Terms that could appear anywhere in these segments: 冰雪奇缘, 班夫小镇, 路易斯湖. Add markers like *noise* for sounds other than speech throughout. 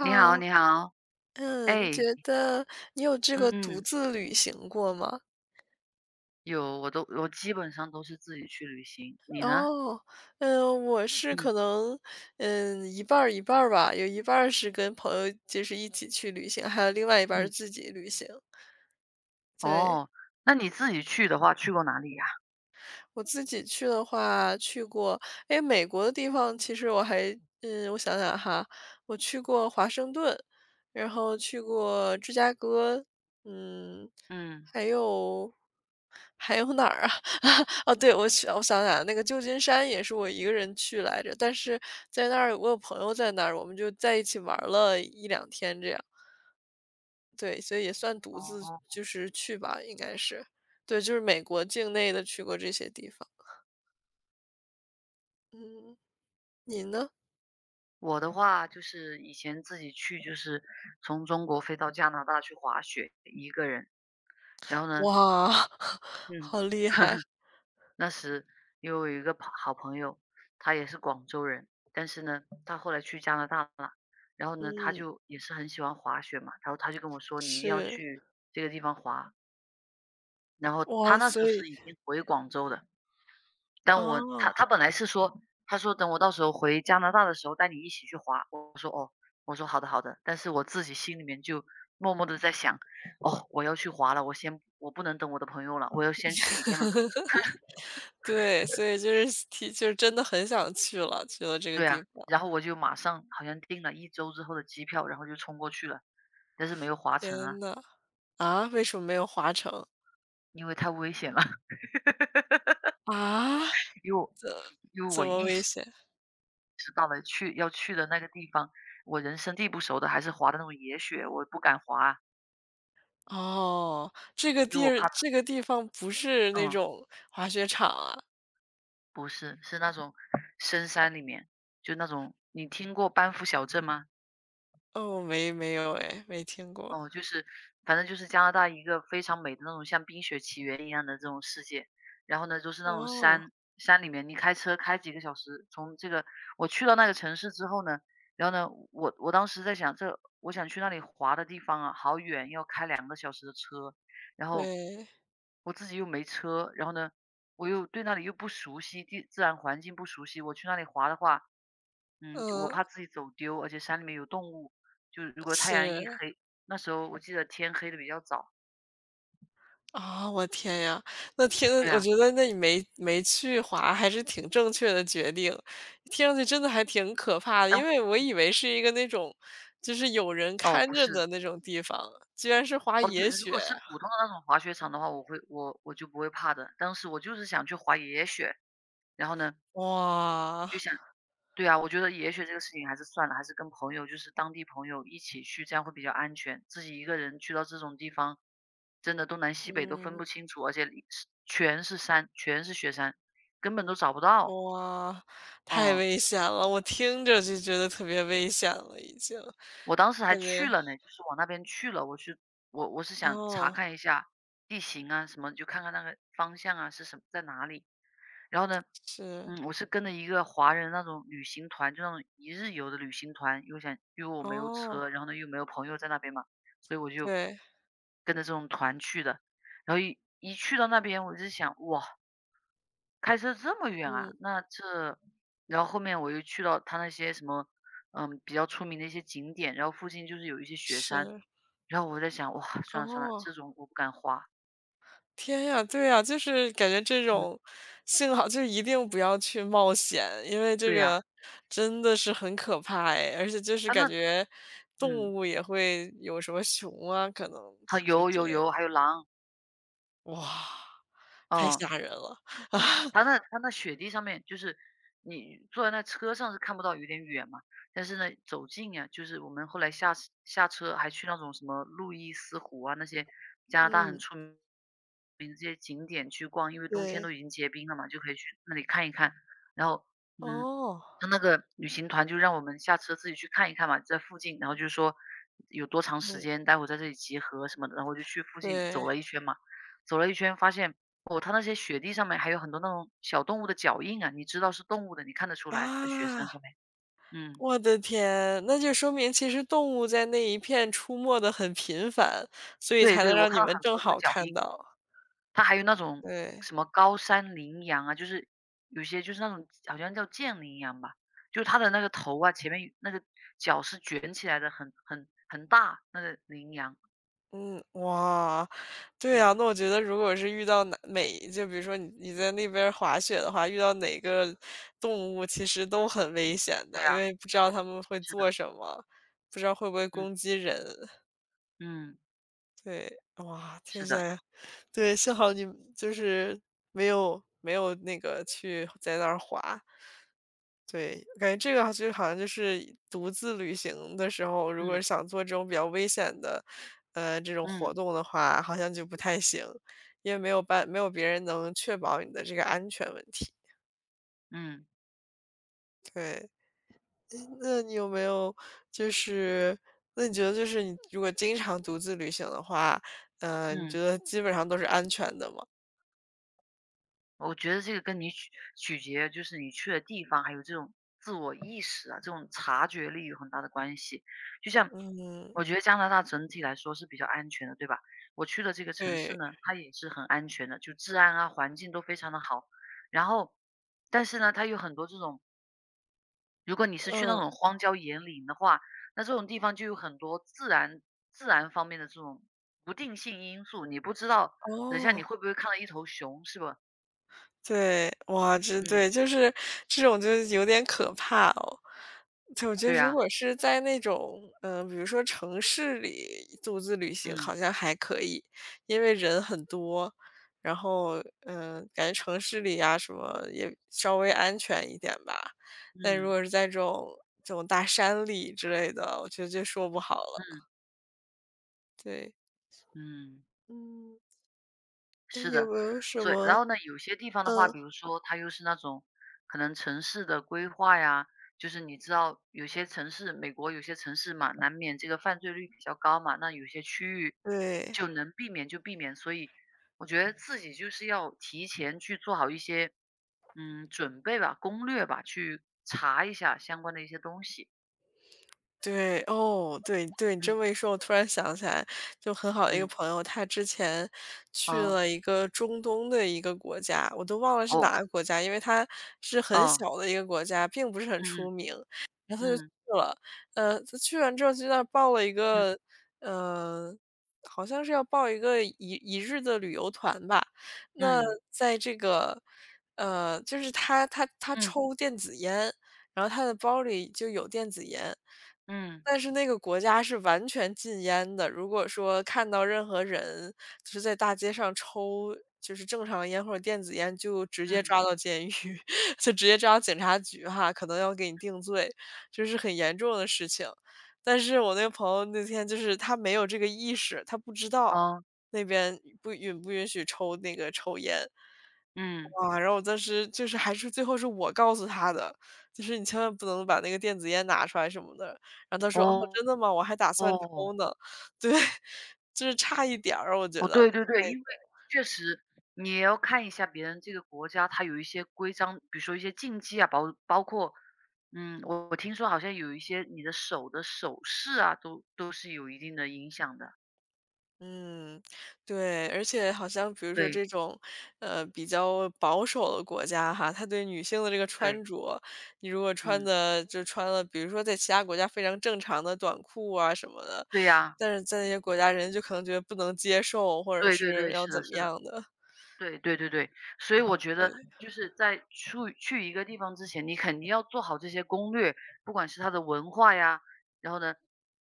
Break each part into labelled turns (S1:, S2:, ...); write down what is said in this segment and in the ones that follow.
S1: 你好，你好。
S2: 你觉
S1: 哎，
S2: 得你有这个独
S1: 嗯，
S2: 自旅行过吗？
S1: 有，我基本上都是自己去旅行，你呢？
S2: 哦，我是可
S1: 嗯，
S2: 能，一半儿一半儿吧，有一半儿是跟朋友就是一起去旅行，还有另外一半儿是
S1: 嗯，
S2: 自己旅行，对。
S1: 哦，那你自己去的话，去过哪里呀？
S2: 我自己去的话，去过，诶，美国的地方其实我还我想想哈，我去过华盛顿，然后去过芝加哥，嗯，
S1: 嗯，
S2: 还有还有哪儿啊？*laughs* 哦，对，我想想，那个旧金山也是我一个人去来着，但是在那儿我有朋友在那儿，我们就在一起玩儿了一两天这样。对，所以也算独自
S1: 哦，
S2: 就是去吧，应该是。对，就是美国境内的去过这些地方，嗯。你呢？
S1: 我的话就是以前自己去，就是从中国飞到加拿大去滑雪，一个人。然后呢，
S2: 哇，*laughs*
S1: 嗯，
S2: 好厉害，
S1: *laughs* 那时因为我有一个好朋友，他也是广州人，但是呢，他后来去加拿大了。然后呢，他
S2: 嗯，
S1: 就也是很喜欢滑雪嘛，然后他就跟我说：“你一定要
S2: 是，
S1: 去这个地方滑。”然后他
S2: 哇，
S1: 那
S2: 所
S1: 时候
S2: 以
S1: 是已经回广州的，但我
S2: 啊，
S1: 他他本来是说，他说等我到时候回加拿大的时候带你一起去滑。我说：“哦。”我说：“好的，好的。”但是我自己心里面就默默的在想：“哦，我要去滑了，我不能等我的朋友了，我要先去体验了。”
S2: 对，所以就是真的很想去了，去了这个
S1: 对
S2: 地
S1: 啊，
S2: 方，
S1: 然后我就马上好像订了1周之后的机票，然后就冲过去了，但是没有划成
S2: 天
S1: 啊，
S2: 呐，啊，为什么没有滑城？
S1: 因为太危险了。*laughs*
S2: 啊？
S1: 因为我因为
S2: 怎
S1: 我
S2: 么
S1: 意
S2: 危
S1: 识
S2: 险？
S1: 到了要去的那个地方，我人生地不熟的，还是滑的那种野雪，我不敢滑啊。
S2: 哦，这个
S1: 因为
S2: 地
S1: 我
S2: 儿
S1: 怕自
S2: 这个
S1: 己。
S2: 地方不是那
S1: 嗯，
S2: 种滑雪场啊？
S1: 不是，是那种深山里面，就那种你听过班夫小镇吗？
S2: 哦，没有哎，没听过。
S1: 哦，就是反正就是加拿大一个非常美的那种像《冰雪奇缘》一样的这种世界。然后呢，就是那种
S2: 哦，
S1: 山里面，你开车开几个小时。从这个我去到那个城市之后呢，然后呢，我当时在想，这我想去那里滑的地方啊，好远，要开2个小时的车。然后
S2: 对，
S1: 我自己又没车，然后呢，我又对那里又不熟悉，自然环境不熟悉，我去那里滑的话，我
S2: 嗯，
S1: 怕自己走丢，而且山里面有动物。就如果太阳一
S2: 是。
S1: 黑，那时候我记得天黑的比较早。
S2: 啊，我天呀，那
S1: 对
S2: 我
S1: 啊。
S2: 觉得那你没去滑还是挺正确的决定，听上去真的还挺可怕的，
S1: 但
S2: 因为我以为是一个那种就是有人
S1: 哦，
S2: 看
S1: 不
S2: 着
S1: 是。
S2: 的那种地方，居然是滑
S1: 哦，
S2: 野
S1: 对，如
S2: 雪，
S1: 果是普通的那种滑雪场的话，我就不会怕的。当时我就是想去滑野雪，然后呢，
S2: 哇，
S1: 就想对啊，我觉得野雪这个事情还是算了，还是跟朋友就是当地朋友一起去，这样会比较安全。自己一个人去到这种地方，真的东南西北都分
S2: 嗯，
S1: 不清楚，而且里是全是山，全是雪山，根本都找不到。
S2: 哇，太
S1: 嗯。
S2: 危险了，我听着就觉得特别危险了，已经
S1: 我当时还
S2: 感觉
S1: 去了呢，就是往那边去了，我去我我是想查
S2: 哦，
S1: 看一下地形啊什么，就看看那个方向啊是什么在哪里。然后呢，
S2: 是，
S1: 嗯，我是跟着一个华人那种旅行团，就那种一日游的旅行团，因为我没有
S2: 哦，
S1: 车，然后呢又没有朋友在那边嘛，所以我就
S2: 对，
S1: 跟着这种团去的。然后一去到那边，我就想哇。开车这么远啊？
S2: 嗯，
S1: 然后后面我又去到他那些什么，嗯，比较出名的一些景点，然后附近就是有一些雪山。
S2: 是，
S1: 然后我在想，哇，算了算了，
S2: 哦。
S1: 这种我不敢滑。
S2: 天呀，对呀，就是感觉这
S1: 嗯，
S2: 种幸好就是一定不要去冒险，因为这
S1: 对呀。
S2: 个真的是很可怕哎，而且就是
S1: 啊，
S2: 感觉动
S1: 嗯，
S2: 物也会有什么熊啊，可能
S1: 还
S2: 就
S1: 有
S2: 之
S1: 有
S2: 类的。
S1: 有，还有狼。
S2: 哇，太
S1: 嗯。
S2: 吓人了。
S1: 它那雪地上面，就是你坐在那车上是看不到，有点远嘛。但是呢，走近呀，就是我们后来下车还去那种什么路易斯湖啊，那些加拿大很
S2: 嗯，
S1: 出名这些景点去逛，因为冬天
S2: 对，
S1: 都已经结冰了嘛，就可以去那里看一看。然后，嗯，
S2: 哦，
S1: 他那个旅行团就让我们下车自己去看一看嘛，在附近，然后就说有多长时
S2: 嗯，
S1: 间，待会在这里集合什么的，然后我就去附近走
S2: 对。
S1: 了一圈嘛。走了一圈发现，哦，它那些雪地上面还有很多那种小动物的脚印啊，你知道是动物的，你看得出来，在雪
S2: 啊，
S1: 山上面。嗯，
S2: 我的天，那就说明其实动物在那一片出没的很频繁，所以
S1: 对
S2: 才能
S1: 对，我
S2: 让
S1: 看
S2: 你
S1: 到
S2: 们
S1: 很
S2: 正
S1: 多这个
S2: 好
S1: 脚
S2: 看
S1: 印。
S2: 到，
S1: 它还有那种
S2: 对。
S1: 什么高山羚羊啊，就是有些就是那种好像叫剑羚羊吧，就它的那个头啊，前面那个角是卷起来的，很大那个羚羊。
S2: 嗯，哇，对
S1: 嗯，
S2: 呀，那我觉得如果是遇到就比如说你在那边儿滑雪的话，遇到哪个动物其实都很危险
S1: 对
S2: 的，因
S1: 啊，
S2: 为不知道它们会
S1: 是的。
S2: 做什么，不知道会不会
S1: 嗯，
S2: 攻击人。
S1: 嗯，
S2: 对，哇，听
S1: 是
S2: 起
S1: 的。
S2: 来，对，幸好你就是没有那个去在那儿滑。对，感觉这个好像就是独自旅行的时候，如果
S1: 嗯，
S2: 想做这种比较危险的，这种
S1: 嗯，
S2: 活动的话，好像就不太行，因为没有别人能确保你的这个安全问题。
S1: 嗯，
S2: 对，诶那你有没有就是，那你觉得就是你如果经常独自旅行的话，你觉
S1: 嗯。
S2: 得基本上都是安全的吗？
S1: 我觉得这个跟你取决就是你去的地方，还有这种自我意识啊，这种察觉力有很大的关系。就像
S2: 嗯，
S1: 我觉得加拿大整体来说是比较安全的，对吧？我去的这个城市
S2: 对，
S1: 呢，它也是很安全的，就治安啊、环境都非常的好。然后，但是呢，它有很多这种，如果你是去那
S2: 嗯，
S1: 种荒郊野岭的话，那这种地方就有很多自然方面的这种不定性因素，你不知道等一下你
S2: 哦。
S1: 会不会看到一头熊，是不？
S2: 对，哇，这
S1: 嗯，
S2: 对，就是这种就有点可怕哦。对，我觉得
S1: 对
S2: 如
S1: 呀。
S2: 果是在那种，比如说城市里独自旅行好
S1: 嗯，
S2: 像还可以，因为人很多，然后，感觉城市里啊什么也稍微安全一点吧。但如
S1: 嗯，
S2: 果是在这种大山里之类的，我觉得就说不好
S1: 嗯，
S2: 了。对，
S1: 嗯，
S2: 嗯，那
S1: 是
S2: 你有
S1: 的。
S2: 没有什
S1: 所以然
S2: 么
S1: 后呢，有些地方的话，
S2: 嗯，
S1: 比如说它又是那种可能城市的规划呀，就是你知道有些城市，美国有些城市嘛，难免这个犯罪率比较高嘛，那有些区域
S2: 对。
S1: 就能避免就避免。所以我觉得自己就是要提前去做好一些嗯准备吧，攻略吧，去查一下相关的一些东西。
S2: 对，哦，对对，你这么一
S1: 嗯，
S2: 说，我突然想起来，就很好的一个
S1: 嗯，
S2: 朋友，他之前去
S1: 嗯，
S2: 了一个中东的一个国家，我都忘了是
S1: 哦，
S2: 哪个国家，因为他是很
S1: 哦，
S2: 小的一个国家，并不是很出
S1: 嗯，
S2: 名。然后他就去
S1: 嗯，
S2: 了，他去完之后就在那儿报了一
S1: 嗯，
S2: 个，呃，好像是要报一个一日的旅游团吧。那
S1: 嗯，嗯，
S2: 在这个，就是他
S1: 嗯。
S2: 抽电子烟，然后他的包里就有电子烟。
S1: 嗯，
S2: 但是那个国家是完全禁烟的，如果说看到任何人就是在大街上抽就是正常烟或者电子烟，就直接
S1: 嗯，
S2: 抓到监狱，*laughs* 就直接抓到警察局哈，可能要给你定罪，就是很严重的事情。但是我那个朋友那天就是他没有这个意识，他不知道
S1: 哦，
S2: 那边不允许抽那个抽烟。
S1: 嗯，
S2: 哇，然后我当时就是还是最后是我告诉他的，就是你千万不能把那个电子烟拿出来什么的。然后他说：“哦，
S1: 哦，
S2: 真的吗？我还打算抽
S1: 哦，
S2: 呢。”对，*laughs* 就是差一点儿，我觉
S1: 哦，
S2: 得，
S1: 对
S2: 就
S1: 对
S2: 差
S1: 对。
S2: 一
S1: 因为
S2: 点。
S1: 确实你也要看一下别人这个国家，它有一些规章，比如说一些禁忌啊，包括，嗯，我听说好像有一些你的手势啊，都是有一定的影响的。
S2: 嗯，对，而且好像比如说
S1: 对，
S2: 这种，比较保守的国家哈，他对女性的这个
S1: 对，
S2: 穿着，你如果穿
S1: 嗯，
S2: 的就穿了，比如说在其他国家非常正常的短裤啊什么的，
S1: 对呀，
S2: 但是在那些国家人就可能觉得不能接受，或者
S1: 对对
S2: 是
S1: 对，
S2: 要
S1: 是
S2: 怎
S1: 的
S2: 么
S1: 是的。
S2: 样的，
S1: 对对对对，所以我觉
S2: 对，
S1: 得就是在出去一个地方之前，你肯定要做好这些攻略，不管是它的文化呀，然后呢，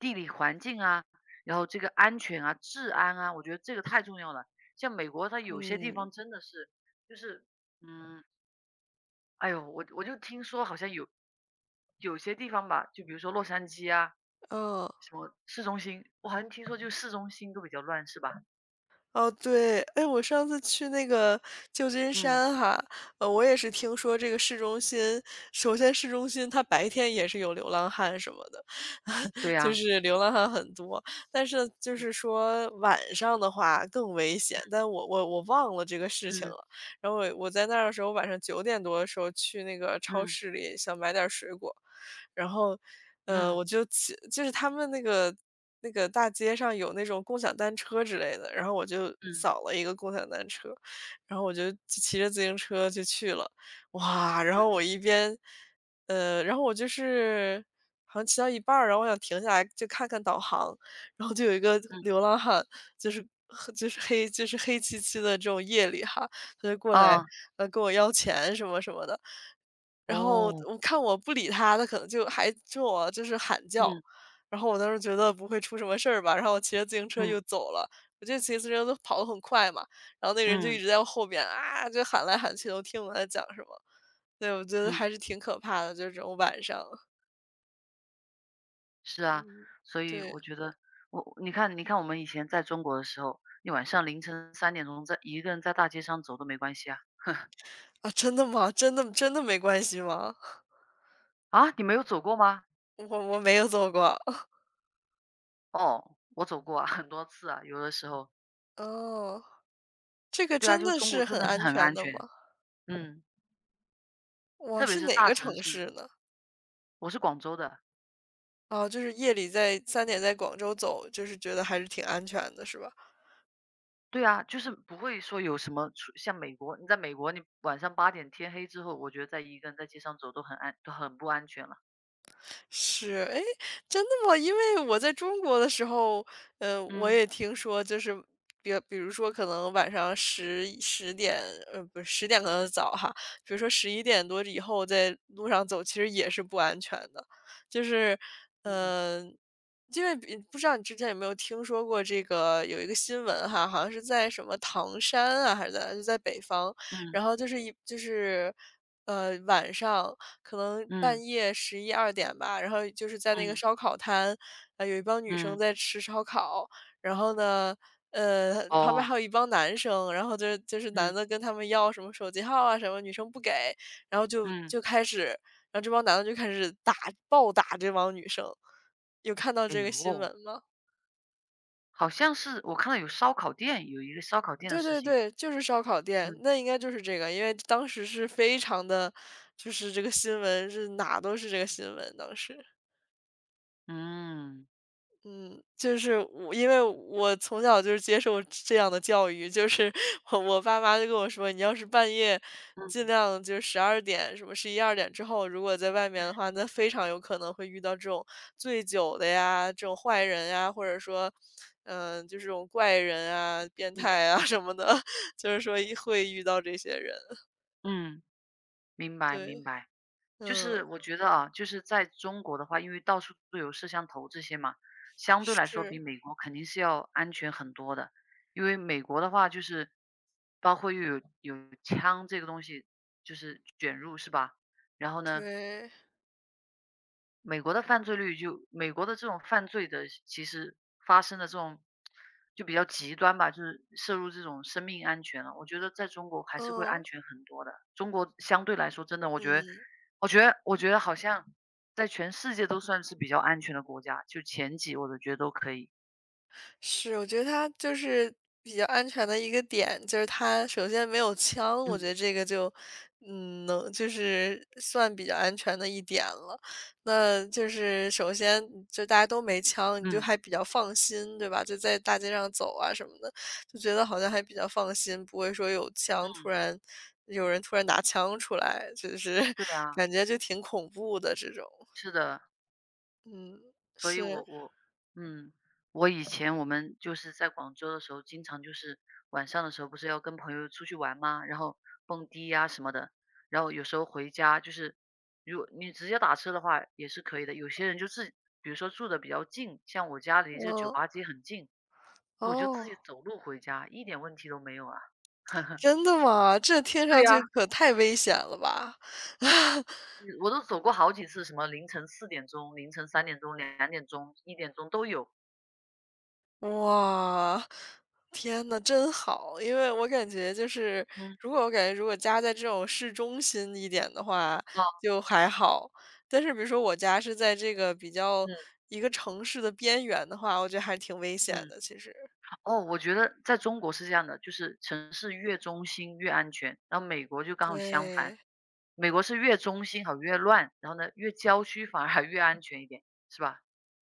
S1: 地理环境啊，然后这个安全啊、治安啊，我觉得这个太重要了。像美国，它有些地
S2: 嗯，
S1: 方真的是，就是，嗯，哎呦，我就听说好像有些地方吧，就比如说洛杉矶啊，
S2: 嗯。
S1: 什么市中心，我好像听说就市中心都比较乱，是吧？
S2: 哦，对，哎，我上次去那个旧金
S1: 嗯，
S2: 山哈，我也是听说这个市中心，首先市中心它白天也是有流浪汉什么的，
S1: 对
S2: *laughs* 就
S1: 呀。
S2: 是流浪汉很多，但是就
S1: 嗯，
S2: 是说晚上的话更危险，但我忘了这个事情
S1: 嗯，
S2: 了。然后我在那儿的时候，晚上9点多的时候去那个超
S1: 嗯，
S2: 市里想买点儿水果，然后，
S1: 嗯，嗯，
S2: 我就是他们那个大街上有那种共享单车之类的，然后我就
S1: 嗯。
S2: 扫了一个共享单车，然后我就骑着自行车就去了。哇，然后我然后我就是好像骑到一半儿然后我想停下来就看看导航，然后就有一个
S1: 嗯，
S2: 流浪汉，就是黑漆漆的这种夜里哈，他就过来，
S1: 啊，
S2: 跟我要钱什么什么的。然后
S1: 哦，
S2: 我看我不理他，他可能就还冲我就是喊叫，
S1: 嗯，
S2: 然后我当时觉得不会出什么事儿吧，然后我骑着自行车就
S1: 嗯，
S2: 走了。我就骑自行车都跑得很快嘛，然后那个人就一
S1: 嗯，
S2: 直在我后边啊，就喊来喊去都听不懂他讲什么。对，我觉得
S1: 嗯，
S2: 还是挺可怕的，就是这种晚上。
S1: 是啊。
S2: 嗯，
S1: 所以
S2: 对
S1: 我觉得你看我们以前在中国的时候，你晚上凌晨三点钟在一个人在大街上走都没关系啊。
S2: 啊，真的吗？真的真的没关系吗？
S1: 啊，你没有走过吗？
S2: 我没有做过。*laughs*
S1: 哦，我走过啊。*laughs* 很多次啊，有的时候。
S2: 哦，这个
S1: 对啊，
S2: 真
S1: 就是
S2: 的
S1: 中国
S2: 是
S1: 真
S2: 很
S1: 的是
S2: 安
S1: 很
S2: 全
S1: 安
S2: 的
S1: 全。
S2: 吗？
S1: 嗯，
S2: 我
S1: 特别
S2: 是
S1: 是
S2: 哪
S1: 大
S2: 个
S1: 城
S2: 城
S1: 市，
S2: 市呢？
S1: 我是广州的。
S2: 哦，就是夜里在3点在广州走，就是觉得还是挺安全的，是吧？
S1: 对啊，就是不会说有什么出像美国，你在美国你晚上8点天黑之后，我觉得在一个人在街上走都很安都很不安全了。
S2: 是，哎，真的吗？因为我在中国的时候，我
S1: 嗯，
S2: 也听说，就是比如说，可能晚上十点，不是十点可能早哈，比如说11点多以后在路上走，其实也是不安全的，就是，
S1: 嗯。
S2: 呃，因为不知道你之前有没有听说过这个有一个新闻哈，好像是在什么唐山啊，还是在北方，
S1: 嗯，
S2: 然后就是晚上。可能半
S1: 嗯，
S2: 夜十一二点吧，然后就是在那个
S1: 嗯，
S2: 烧烤摊，有一帮女生
S1: 嗯，
S2: 在吃烧烤，然后呢，旁边
S1: 哦，
S2: 还有一帮男生，然后就是男
S1: 嗯，
S2: 的跟他们要什么手机号啊什么，女生不给，然后就
S1: 嗯，
S2: 就开始，然后这帮男的就开始暴打这帮女生。有看到
S1: 哎
S2: 这个新
S1: 呦，
S2: 闻吗？
S1: 好像是我看到有烧烤店，有一个烧烤店的
S2: 对
S1: 事
S2: 对
S1: 情。
S2: 对，就是烧烤店，
S1: 嗯，
S2: 那应该就是这个，因为当时是非常的就是这个新闻是哪都是这个新闻，当时。
S1: 嗯，
S2: 嗯，就是因为我从小就是接受这样的教育，就是我爸妈就跟我说，你要是半夜尽
S1: 嗯，
S2: 量就是12点什么十一二点之后，如果在外面的话，那非常有可能会遇到这种醉酒的呀，这种坏人呀，或者说，嗯、就是这种怪人啊、变
S1: 嗯，
S2: 态啊什么的，*laughs* 就是说一会遇到这些人。
S1: 嗯，明白
S2: 对，
S1: 明白。就是
S2: 嗯，
S1: 我觉得啊，就是在中国的话，因为到处都有摄像头这些嘛，相对来说比
S2: 是，
S1: 美国肯定是要安全很多的。因为美国的话就是包括又有枪这个东西就是卷入是吧？然后呢？
S2: 对，
S1: 美国的犯罪率就美国的这种犯罪的其实发生的这种就比较极端吧，就是涉入这种生命安全了。我觉得在中国还是会安
S2: 嗯
S1: 全很多的。中国相对来说，真的，
S2: 嗯。
S1: 我觉得好像在全世界都算是比较安全的国家，就前几我都觉得都可以。
S2: 是，我觉得他就是比较安全的一个点，就是他首先没有枪，我觉
S1: 嗯，
S2: 得这个就，能就是算比较安全的一点了。那就是首先就大家都没枪，你就
S1: 嗯，
S2: 还比较放心，对吧？就在大街上走啊什么的，就觉得好像还比较放心，不会说
S1: 嗯，
S2: 有人突然拿枪出来，就是
S1: 对
S2: *laughs*
S1: 啊，
S2: 感觉就挺恐怖的这种。
S1: 是的。
S2: 嗯，
S1: 所以
S2: 是，
S1: 嗯，我以前我们就是在广州的时候，经常就是晚上的时候不是要跟朋友出去玩吗？然后蹦迪呀、什么的，然后有时候回家就是，如果你直接打车的话也是可以的。有些人就自己比如说住的比较近，像我家离这个酒
S2: 嗯，
S1: 吧街很近，我就自己
S2: 哦。
S1: 走路回家，一点问题都没有啊。*laughs*
S2: 真的吗？这听
S1: 对
S2: 上去
S1: 呀。
S2: 可太危险了吧！*laughs*
S1: 嗯我都走过好几次，什么凌晨4点钟、凌晨三点钟、2点钟、1点钟都有。
S2: 哇，天呐，真好！因为我感觉就是，
S1: 嗯，
S2: 如果我感觉如果家在这种市中心一点的话，
S1: 哦，
S2: 就还好。但是比如说我家是在这个比较
S1: 嗯，
S2: 一个城市的边缘的话，我觉得还挺危险
S1: 嗯。
S2: 的，其实。
S1: 哦，我觉得在中国是这样的，就是城市越中心越安全，然后美国就刚好相反，
S2: 对。
S1: 美国是越中心好越乱，然后呢越郊区反而还越安全一点，是吧？